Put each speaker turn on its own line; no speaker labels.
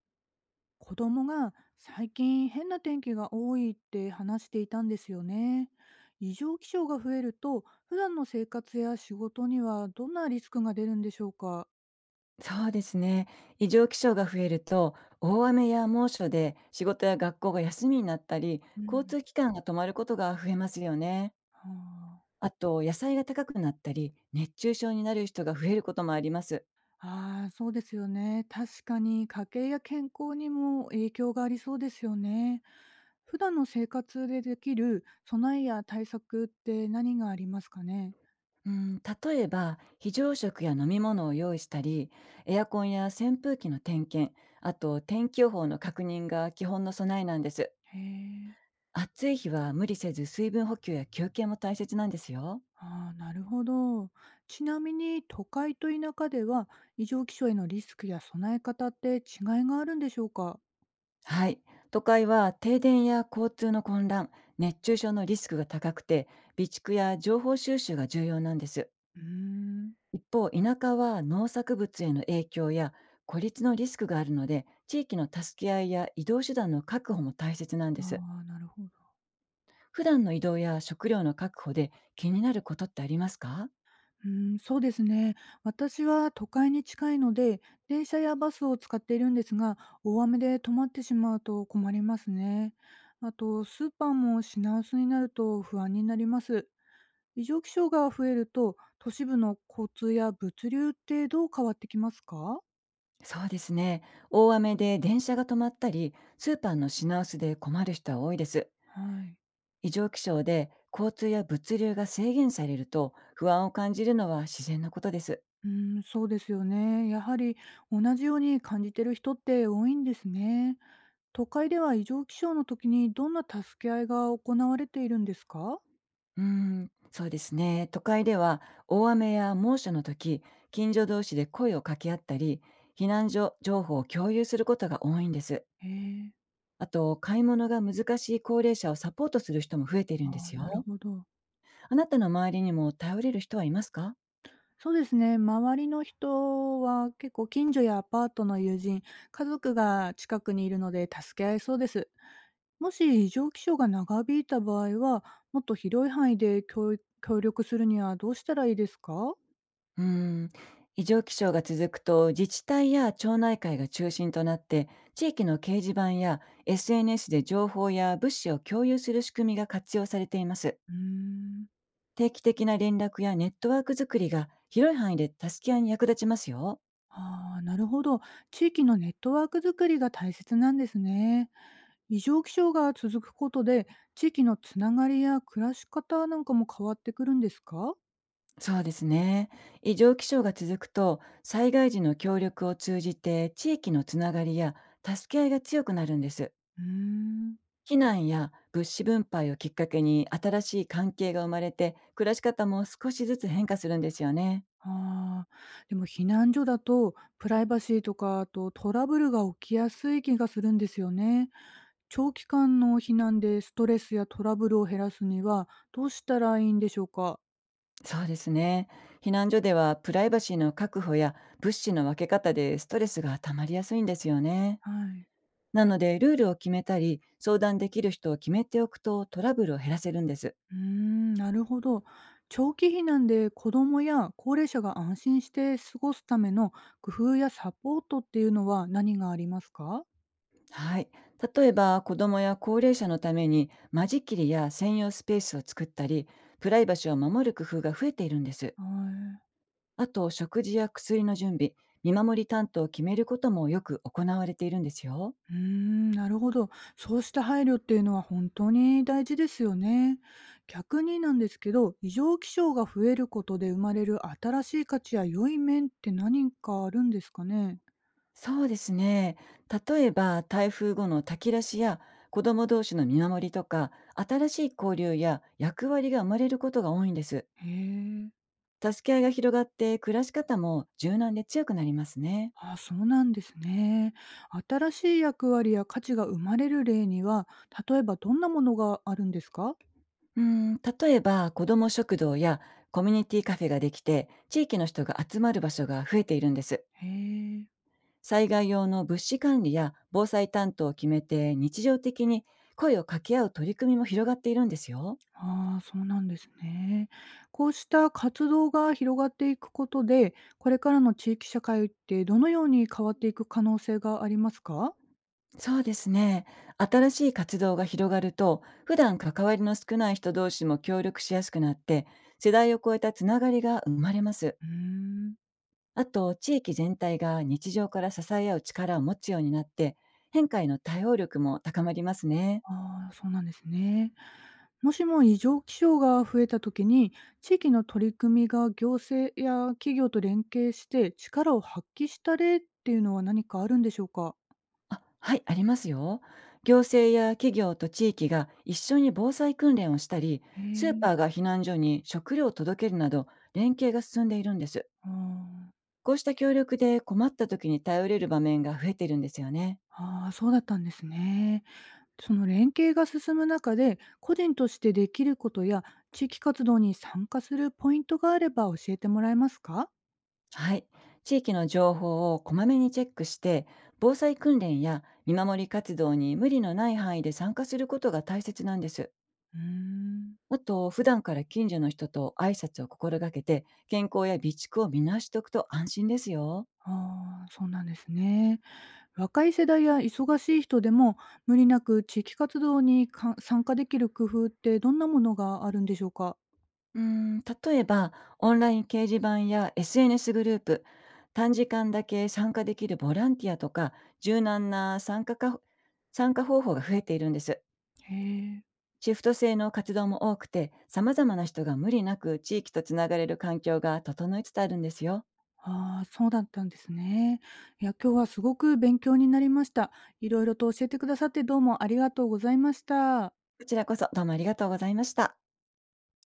子供が最近変な天気が多いって話していたんですよね。異常気象が増えると普段の生活や仕事にはどんなリスクが出るんでしょうか？
そうですね。異常気象が増えると、大雨や猛暑で仕事や学校が休みになったり、
う
交
ん、
通機関が止まることが増えますよね。
は、
あと、野菜が高くなったり、熱中症になる人が増えることもあります。
ああ、ーそうですよね。確かに家計や健康にも影響がありそうですよね。普段の生活でできる備えや対策って何がありますかね？
うん、例えば、非常食や飲み物を用意したり、エアコンや扇風機の点検、あと天気予報の確認が基本の備えなんです。
へえ。
暑い日は無理せず水分補給や休憩も大切なんですよ。
ああ、なるほど。ちなみに都会と田舎では異常気象へのリスクや備え方って違いがあるんでしょうか？
はい。都会は停電や交通の混乱、熱中症のリスクが高くて、備蓄や情報収集が重要なんです。
うーん。
一方、田舎は農作物への影響や孤立のリスクがあるので、地域の助け合いや移動手段の確保も大切なんです。
ああ、なるほど。
普段の移動や食料の確保で気になることってありますか？
うーん、そうですね。私は都会に近いので、電車やバスを使っているんですが、大雨で止まってしまうと困りますね。あと、スーパーも品薄になると不安になります。異常気象が増えると、都市部の交通や物流ってどう変わってきますか？
そうですね。大雨で電車が止まったり、スーパーの品薄で困る人は多いです。
はい。
異常気象で交通や物流が制限されると不安を感じるのは自然なことです。
うーん、そうですよね。やはり同じように感じてる人って多いんですね。都会では異常気象の時にどんな助け合いが行われているんですか？
そうですね。都会では大雨や猛暑の時、近所同士で声を掛け合ったり、避難所情報を共有することが多いんです。
へえ、
あと、買い物が難しい高齢者をサポートする人も増えている
あ
んで
あ、
す
なる
よ。
ほど。
あなたの周りにも頼れる人はいますか？
そうですね。周りの人は結構近所やアパートの友人、家族が近くにいるので助け合いそうです。もし異常気象が長引いた場合は、もっと広い範囲で協力するにはどうしたらいいですか？
うーん、異常気象が続くと、自治体や町内会が中心となって、地域の掲示板や SNS で情報や物資を共有する仕組みが活用されています。
うーん。
定期的な連絡やネットワーク作りが広い範囲で助け合いに役立ちますよ。
ああ、なるほど。地域のネットワーク作りが大切なんですね。異常気象が続くことで、地域のつながりや暮らし方なんかも変わってくるんですか？
そうですね。異常気象が続くと、災害時の協力を通じて地域のつながりや助け合いが強くなるんです。
うーん。
避難や物資分配をきっかけに新しい関係が生まれて、暮らし方も少しずつ変化するんですよね。
ああ、でも避難所だと、プライバシーとか、あとトラブルが起きやすい気がするんですよね。長期間の避難でストレスやトラブルを減らすには、どうしたらいいんでしょうか？
そうですね。避難所ではプライバシーの確保や物資の分け方でストレスが溜まりやすいんですよね。
はい。
なので、ルールを決めたり相談できる人を決めておくと、トラブルを減らせるんです。
うーん、なるほど。長期避難で子どもや高齢者が安心して過ごすための工夫やサポートっていうのは何がありますか？
はい。例えば、子どもや高齢者のために間仕切りや専用スペースを作ったり、プライバシーを守る工夫が増えているんです。
はい。
あと、食事や薬の準備、見守り担当を決めることもよく行われているんですよ。
うーん、なるほど。そうした配慮っていうのは本当に大事ですよね。逆になんですけど、異常気象が増えることで生まれる新しい価値や良い面って何かあるんですかね？
そうですね。例えば、台風後の炊き出しや子ども同士の見守りとか、新しい交流や役割が生まれることが多いんです。
へえ。
助け合いが広がって、暮らし方も柔軟で強くなりますね。
ああ、そうなんですね。新しい役割や価値が生まれる例には、例えばどんなものがあるんですか？
うん、例えば、子ども食堂やコミュニティカフェができて、地域の人が集まる場所が増えているんです。
へえ。
災害用の物資管理や防災担当を決めて、日常的に声を掛け合う取り組みも広がっているんですよ。
ああ、そうなんですね。こうした活動が広がっていくことで、これからの地域社会ってどのように変わっていく可能性がありますか？
そうですね。新しい活動が広がると、普段関わりの少ない人同士も協力しやすくなって、世代を超えたつながりが生まれます。
うーん。
あと、地域全体が日常から支え合う力を持つようになって、変化への対応力も高まりますね。
ああ、そうなんですね。もしも異常気象が増えた時に、地域の取り組みが行政や企業と連携して力を発揮した例っていうのは何かあるんでしょうか？
あ、はい、ありますよ。行政や企業と地域が一緒に防災訓練をしたり、
へ
スー
え、
パーが避難所に食料を届けるなど、連携が進んでいるんです。
あ
こうした協力で困った時に頼れる場面が増えてるんですよね。
あ、あー、そうだったんですね。その連携が進む中で、個人としてできることや地域活動に参加するポイントがあれば教えてもらえますか？
はい。地域の情報をこまめにチェックして、防災訓練や見守り活動に無理のない範囲で参加することが大切なんです。
うーん。
あと、普段から近所の人と挨拶を心がけて、健康や備蓄を見直しておくと安心ですよ。
ああ、そうなんですね。若い世代や忙しい人でも無理なく地域活動に参加できる工夫ってどんなものがあるんでしょうか？
例えば、オンライン掲示板や SNS グループ、短時間だけ参加できるボランティアとか、柔軟な参加方法が増えているんです。
へえ。
シフト制の活動も多くて、様々な人が無理なく地域とつながれる環境が整いつつあるんですよ。
ああ、そうだったんですね。いや、今日はすごく勉強になりました。いろいろと教えてくださってどうもありがとうございました。
こちらこそどうもありがとうございました。